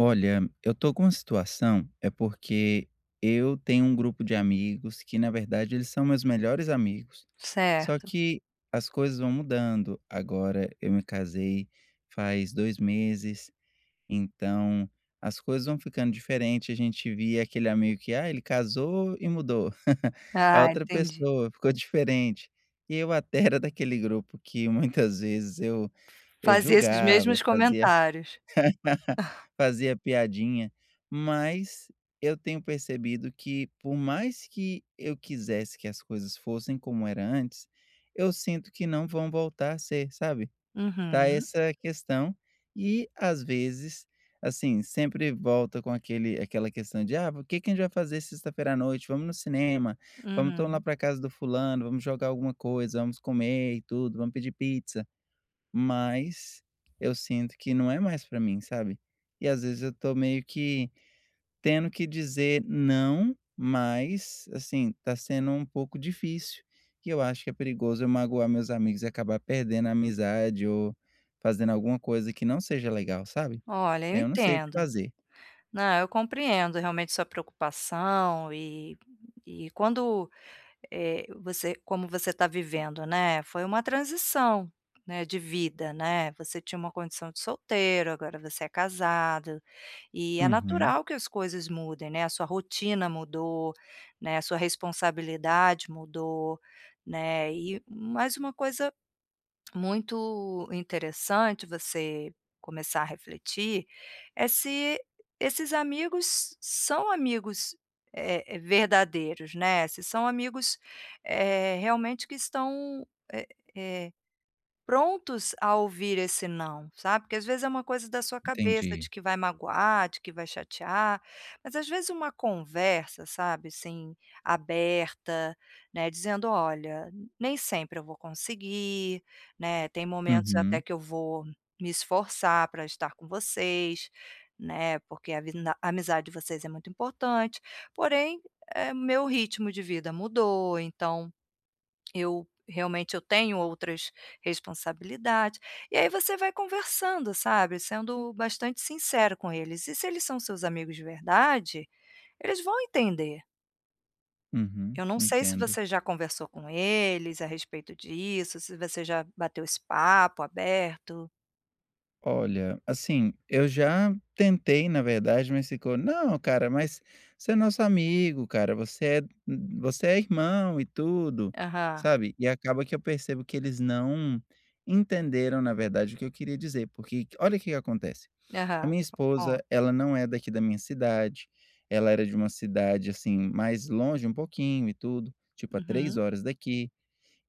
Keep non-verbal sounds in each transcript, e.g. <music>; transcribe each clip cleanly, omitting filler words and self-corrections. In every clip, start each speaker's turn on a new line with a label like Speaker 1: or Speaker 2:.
Speaker 1: Olha, eu tô com uma situação, é porque eu tenho um grupo de amigos que, na verdade, eles são meus melhores amigos. Só
Speaker 2: Certo.
Speaker 1: que as coisas vão mudando. Agora eu me casei faz 2 meses, então as coisas vão ficando diferentes. A gente via aquele amigo que, ah, ele casou e mudou. <laughs> É
Speaker 2: Ah,
Speaker 1: outra
Speaker 2: entendi.
Speaker 1: pessoa, ficou diferente. E eu até era daquele grupo que muitas vezes eu
Speaker 2: Fazia esses
Speaker 1: julgava, eu
Speaker 2: mesmos
Speaker 1: fazia
Speaker 2: comentários.
Speaker 1: <laughs> fazia piadinha. Mas eu tenho percebido que, por mais que eu quisesse que as coisas fossem como era antes, eu sinto que não vão voltar a ser, sabe? Tá
Speaker 2: Uhum,
Speaker 1: essa questão e, às vezes, assim, sempre volta com aquele aquela questão de: "Ah, o que que a gente vai fazer sexta-feira à noite? Vamos no cinema, vamos então lá
Speaker 2: uhum.
Speaker 1: para casa do fulano, vamos jogar alguma coisa, vamos comer e tudo, vamos pedir pizza". Mas eu sinto que não é mais pra mim, sabe. E às vezes eu tô meio que tendo que dizer não, mas, assim, tá sendo um pouco difícil. E eu acho que é perigoso eu magoar meus amigos e acabar perdendo a amizade ou fazendo alguma coisa que não seja legal, sabe.
Speaker 2: Olha, eu
Speaker 1: Eu não sei o que
Speaker 2: entendo.
Speaker 1: fazer.
Speaker 2: Não, eu compreendo realmente sua preocupação e quando você como você está vivendo, né, foi uma transição, né, de vida, né, você tinha uma condição de solteiro, agora você é casado, e é
Speaker 1: Uhum,
Speaker 2: natural que as coisas mudem, né, a sua rotina mudou, né, a sua responsabilidade mudou, né, e mais uma coisa muito interessante você começar a refletir, é se esses amigos são amigos, verdadeiros, né, se são amigos, realmente que estão, eh, prontos a ouvir esse não, sabe, porque às vezes é uma coisa da sua cabeça de
Speaker 1: entendi.
Speaker 2: que vai magoar, de que vai chatear, mas às vezes uma conversa, sabe, assim, aberta, né, dizendo: "Olha, nem sempre eu vou conseguir, né, tem momentos até
Speaker 1: Uhum,
Speaker 2: que eu vou me esforçar para estar com vocês, né, porque a vida a amizade de vocês é muito importante, porém, meu ritmo de vida mudou, então eu realmente eu tenho outras responsabilidades. E aí você vai conversando, sabe, sendo bastante sincero com eles. E se eles são seus amigos de verdade, eles vão entender.
Speaker 1: uhum,
Speaker 2: Eu não sei se
Speaker 1: entendo.
Speaker 2: você já conversou com eles a respeito disso, se você já bateu esse papo aberto.
Speaker 1: Olha, assim, eu já tentei, na verdade, mas ficou: "Não, cara, mas você é nosso amigo, cara, você é irmão e tudo",
Speaker 2: Aham,
Speaker 1: sabe. E acaba que eu percebo que eles não entenderam, na verdade, o que eu queria dizer, porque olha o que que acontece, a
Speaker 2: aham.
Speaker 1: minha esposa,
Speaker 2: Conta.
Speaker 1: ela não é daqui da minha cidade, ela era de uma cidade, assim, mais longe um pouquinho e tudo, tipo a 3
Speaker 2: Uhum.
Speaker 1: horas daqui.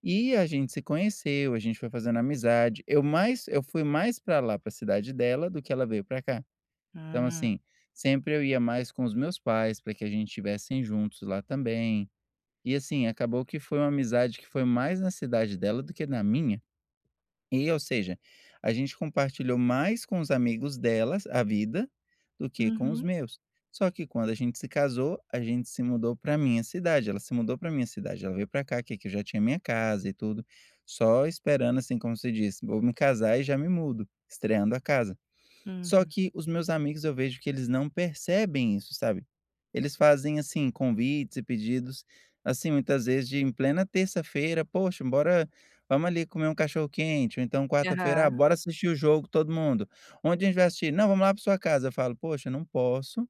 Speaker 1: E a gente se conheceu, a gente foi fazendo amizade. Eu fui mais para lá, para a cidade dela, do que ela veio para cá. Então,
Speaker 2: Hum.
Speaker 1: assim, sempre eu ia mais com os meus pais para que a gente estivessem juntos lá também. E, assim, acabou que foi uma amizade que foi mais na cidade dela do que na minha. E, ou seja, a gente compartilhou mais com os amigos delas a vida do que com os
Speaker 2: Uhum.
Speaker 1: meus. Só que quando a gente se casou, a gente se mudou para minha cidade. Ela se mudou para minha cidade. Ela veio para cá, que aqui eu já tinha minha casa e tudo. Só esperando, assim, como se diz, vou me casar e já me mudo, estreando a casa. Só
Speaker 2: Uhum.
Speaker 1: que os meus amigos eu vejo que eles não percebem isso, sabe. Eles fazem, assim, convites e pedidos, assim, muitas vezes de em plena terça-feira: "Poxa, bora vamos ali comer um cachorro-quente", ou então quarta-feira: "Ah,
Speaker 2: Aham.
Speaker 1: bora assistir o jogo todo mundo". "Onde a gente vai assistir?", "Não, vamos lá para sua casa", eu falo: "Poxa, não posso,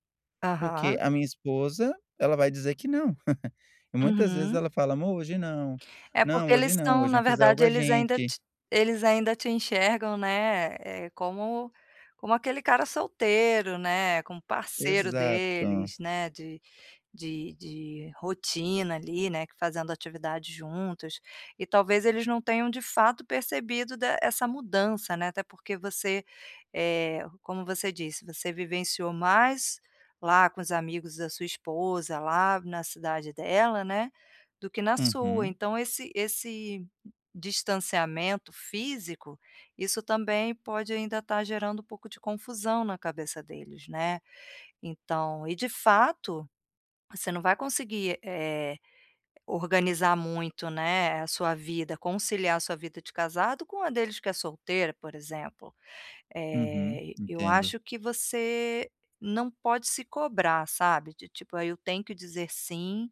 Speaker 1: porque
Speaker 2: Aham.
Speaker 1: a minha esposa, ela vai dizer que não". E muitas vezes
Speaker 2: Uhum.
Speaker 1: ela fala: "Amor, hoje não.
Speaker 2: É
Speaker 1: Não,
Speaker 2: porque eles
Speaker 1: hoje não,
Speaker 2: estão,
Speaker 1: hoje
Speaker 2: na
Speaker 1: vão fazer algo
Speaker 2: verdade,
Speaker 1: a
Speaker 2: eles ainda
Speaker 1: gente".
Speaker 2: te eles ainda te enxergam, né, como como aquele cara solteiro, né, como parceiro
Speaker 1: Exato.
Speaker 2: deles, né, de rotina ali, né, que fazendo atividade juntos, e talvez eles não tenham de fato percebido da essa mudança, né, até porque você, como você disse, você vivenciou mais lá com os amigos da sua esposa, lá na cidade dela, né, do que na sua,
Speaker 1: Uhum,
Speaker 2: então esse distanciamento físico, isso também pode ainda estar gerando um pouco de confusão na cabeça deles, né. Então e de fato você não vai conseguir, organizar muito, né, a sua vida, conciliar a sua vida de casado com a deles que é solteira, por exemplo.
Speaker 1: uhum,
Speaker 2: Eu
Speaker 1: entendo.
Speaker 2: acho que você não pode se cobrar, sabe, de tipo: "Ah, eu tenho que dizer sim,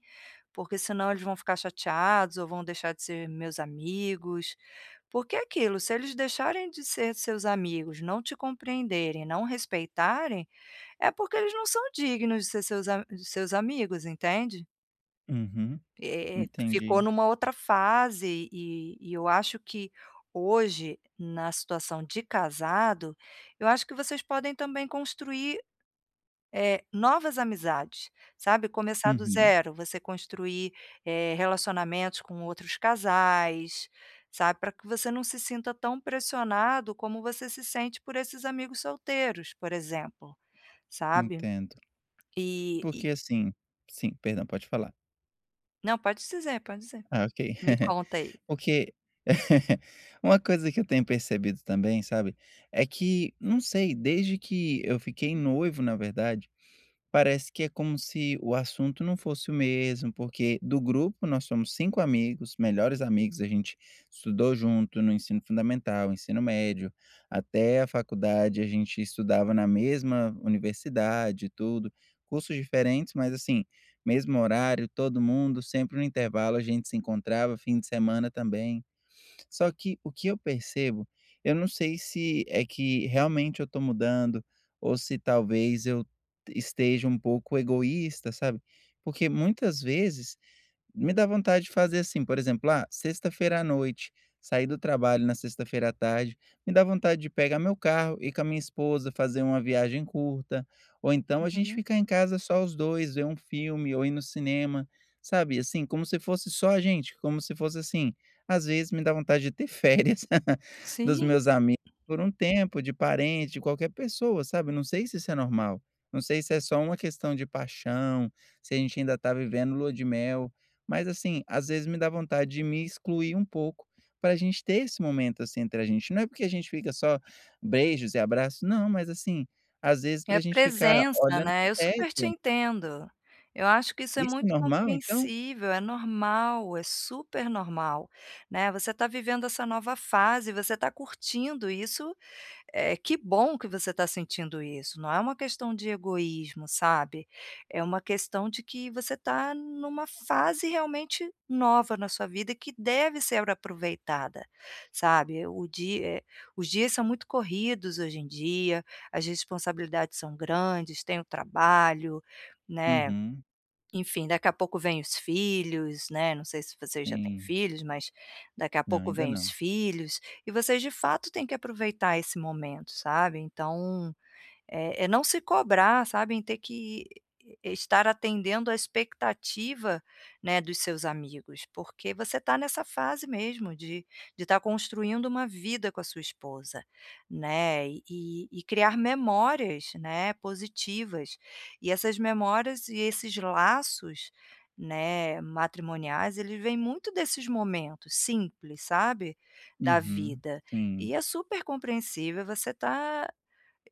Speaker 2: porque senão eles vão ficar chateados ou vão deixar de ser meus amigos". Porque é aquilo, se eles deixarem de ser seus amigos, não te compreenderem, não respeitarem, é porque eles não são dignos de ser seus amigos, entende?
Speaker 1: Uhum.
Speaker 2: Ficou
Speaker 1: Entendi.
Speaker 2: numa outra fase e eu acho que hoje, na situação de casado, eu acho que vocês podem também construir, novas amizades, sabe, começar do
Speaker 1: Uhum,
Speaker 2: zero, você construir, relacionamentos com outros casais, sabe, para que você não se sinta tão pressionado como você se sente por esses amigos solteiros, por exemplo, sabe.
Speaker 1: entendo.
Speaker 2: E
Speaker 1: Porque assim sim, perdão, pode falar.
Speaker 2: não, pode dizer, pode dizer.
Speaker 1: Ah, ok.
Speaker 2: Me
Speaker 1: <laughs>
Speaker 2: conta aí.
Speaker 1: Porque <laughs> uma coisa que eu tenho percebido também, sabe, é que, não sei, desde que eu fiquei noivo, na verdade parece que é como se o assunto não fosse o mesmo, porque do grupo nós somos 5 amigos, melhores amigos, a gente estudou junto no ensino fundamental, ensino médio, até a faculdade, a gente estudava na mesma universidade e tudo, cursos diferentes, mas assim, mesmo horário, todo mundo, sempre no intervalo a gente se encontrava, fim de semana também. Só que o que eu percebo, eu não sei se é que realmente eu estou mudando ou se talvez eu esteja um pouco egoísta, sabe? Porque muitas vezes me dá vontade de fazer assim, por exemplo, ah, sexta-feira à noite, sair do trabalho na sexta-feira à tarde, me dá vontade de pegar meu carro, e com a minha esposa, fazer uma viagem curta, ou então a gente
Speaker 2: Uhum.
Speaker 1: ficar em casa só os 2, ver um filme ou ir no cinema, sabe, assim, como se fosse só a gente, como se fosse assim. Às vezes me dá vontade de ter férias <laughs> dos
Speaker 2: Sim.
Speaker 1: meus amigos por um tempo, de parente, de qualquer pessoa, sabe, não sei se isso é normal. Não sei se é só uma questão de paixão, se a gente ainda está vivendo lua de mel, mas assim, às vezes me dá vontade de me excluir um pouco, para a gente ter esse momento, assim, entre a gente. Não é porque a gente fica só beijos e abraços, não, mas assim, às vezes para
Speaker 2: É
Speaker 1: a gente ficar
Speaker 2: presença,
Speaker 1: olhando para
Speaker 2: né,
Speaker 1: o
Speaker 2: eu super te
Speaker 1: teto.
Speaker 2: entendo. Eu acho que isso é
Speaker 1: Isso é
Speaker 2: muito
Speaker 1: normal então?
Speaker 2: compreensível, é normal, é super normal, né, você está vivendo essa nova fase, você está curtindo isso é que bom que você está sentindo isso, não é uma questão de egoísmo, sabe. É uma questão de que você está numa fase realmente nova na sua vida que deve ser aproveitada, sabe. Os dias são muito corridos hoje em dia, as responsabilidades são grandes, tem o trabalho, né,
Speaker 1: Uhum,
Speaker 2: enfim, daqui a pouco vem os filhos, né, não sei se vocês já têm
Speaker 1: sim.
Speaker 2: filhos, mas daqui a
Speaker 1: Não,
Speaker 2: pouco
Speaker 1: ainda
Speaker 2: vem os
Speaker 1: não.
Speaker 2: filhos, e vocês de fato têm que aproveitar esse momento, sabe. Então é não se cobrar, sabe, em ter que estar atendendo a expectativa, né, dos seus amigos, porque você está nessa fase mesmo de tá construindo uma vida com a sua esposa, né, e criar memórias, né, positivas. E essas memórias e esses laços, né, matrimoniais, eles vêm muito desses momentos simples, sabe, da
Speaker 1: Uhum,
Speaker 2: vida.
Speaker 1: sim.
Speaker 2: E é super compreensível você tá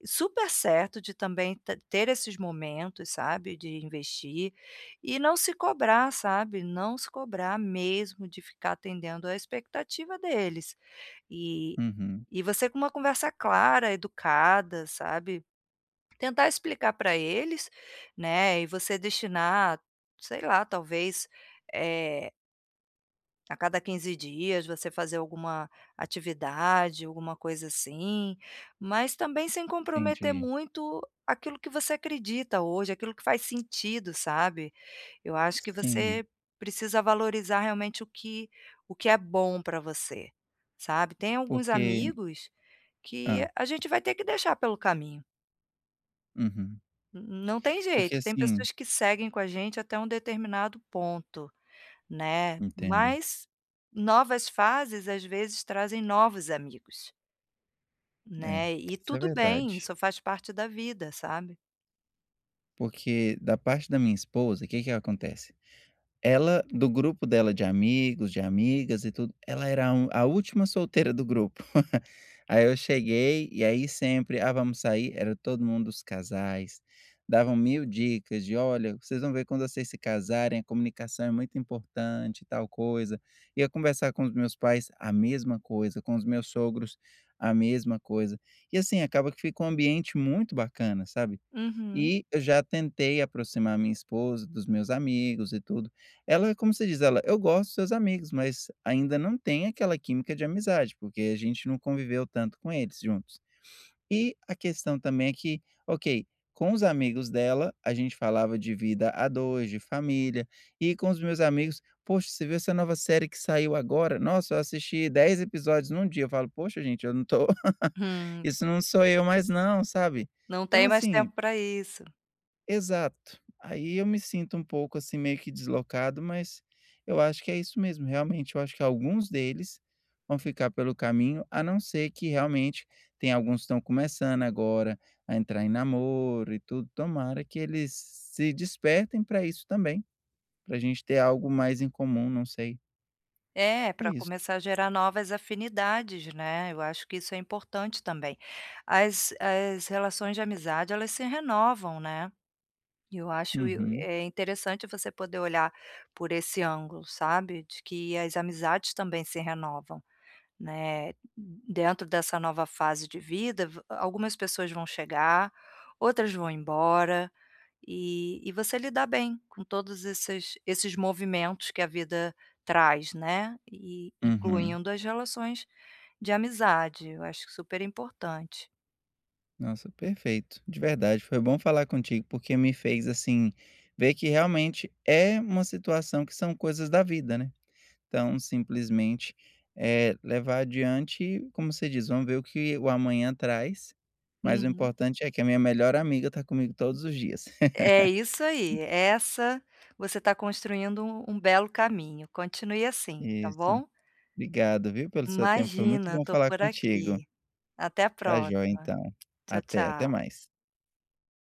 Speaker 2: super certo de também te ter esses momentos, sabe, de investir e não se cobrar, sabe, não se cobrar mesmo de ficar atendendo à expectativa deles. E
Speaker 1: Uhum,
Speaker 2: e você com uma conversa clara, educada, sabe, tentar explicar para eles, né, e você destinar, sei lá, talvez, eh a cada 15 dias você fazer alguma atividade, alguma coisa assim, mas também sem comprometer
Speaker 1: entendi.
Speaker 2: muito aquilo que você acredita hoje, aquilo que faz sentido, sabe. Eu acho que
Speaker 1: Sim,
Speaker 2: você precisa valorizar realmente o que é bom para você, sabe. Tem alguns
Speaker 1: porque
Speaker 2: amigos
Speaker 1: ah
Speaker 2: que a gente vai ter que deixar pelo caminho,
Speaker 1: uhum.
Speaker 2: n não tem
Speaker 1: Porque
Speaker 2: jeito, tem
Speaker 1: assim
Speaker 2: pessoas que seguem com a gente até um determinado ponto. Né,
Speaker 1: entendo.
Speaker 2: mas novas fases, às vezes, trazem novos amigos,
Speaker 1: É,
Speaker 2: né, e
Speaker 1: isso é
Speaker 2: tudo bem,
Speaker 1: verdade.
Speaker 2: isso faz parte da vida, sabe.
Speaker 1: Porque da parte da minha esposa, o que que acontece? Ela, do grupo dela de amigos, de amigas e tudo, ela era a última solteira do grupo. <laughs> Aí eu cheguei, e aí sempre: "Ah, vamos sair?" Era todo mundo os casais, davam 1000 dicas de: "Olha, vocês vão ver quando vocês se casarem, a comunicação é muito importante tal coisa". Ia conversar com os meus pais, a mesma coisa, com os meus sogros, a mesma coisa. E assim, acaba que fica um ambiente muito bacana, sabe.
Speaker 2: Uhum.
Speaker 1: E eu já tentei aproximar minha esposa dos meus amigos e tudo, ela, como você diz, ela: "Eu gosto dos seus amigos, mas ainda não tem aquela química de amizade, porque a gente não conviveu tanto com eles juntos". E a questão também é que, ok, com os amigos dela, a gente falava de vida a 2 de família, e com os meus amigos: "Poxa, você viu essa nova série que saiu agora? Nossa, eu assisti 10 episódios num dia". Eu falo: "Poxa, gente, eu não tô <laughs>
Speaker 2: Hum,
Speaker 1: isso não sou eu mais não", sabe.
Speaker 2: não
Speaker 1: Então,
Speaker 2: tem mais
Speaker 1: assim,
Speaker 2: tempo para isso.
Speaker 1: exato. Aí eu me sinto um pouco, assim, meio que deslocado, mas eu acho que é isso mesmo, realmente, eu acho que alguns deles vão ficar pelo caminho, a não ser que realmente tem alguns que estão começando agora a entrar em namoro e tudo, tomara que eles se despertem para isso também, para a gente ter algo mais em comum, não sei.
Speaker 2: É,
Speaker 1: É
Speaker 2: para
Speaker 1: isso.
Speaker 2: começar a gerar novas afinidades, né, eu acho que isso é importante também. As relações de amizade, elas se renovam, né, e eu acho
Speaker 1: Uhum,
Speaker 2: é interessante você poder olhar por esse ângulo, sabe, de que as amizades também se renovam. Né, dentro dessa nova fase de vida, v algumas pessoas vão chegar, outras vão embora, e você lidar bem com todos esses movimentos que a vida traz, né, e
Speaker 1: uhum.
Speaker 2: incluindo as relações de amizade, eu acho super importante.
Speaker 1: Nossa, perfeito, de verdade. Foi bom falar contigo, porque me fez, assim, ver que realmente é uma situação que são coisas da vida, né. Então, simplesmente, é levar adiante e, como você diz, vamos ver o que o amanhã traz, mas o
Speaker 2: Uhum.
Speaker 1: importante é que a minha melhor amiga está comigo todos os dias. <laughs>
Speaker 2: É isso aí, essa você está construindo um belo caminho, continue assim, tá
Speaker 1: Isso.
Speaker 2: bom?
Speaker 1: Obrigado, viu, pelo seu tempo, foi muito
Speaker 2: Imagina,
Speaker 1: bom
Speaker 2: estou
Speaker 1: falar
Speaker 2: por
Speaker 1: contigo.
Speaker 2: aqui. Até a
Speaker 1: Tá joia,
Speaker 2: próxima.
Speaker 1: então.
Speaker 2: Tchau,
Speaker 1: Até, até
Speaker 2: tchau.
Speaker 1: mais.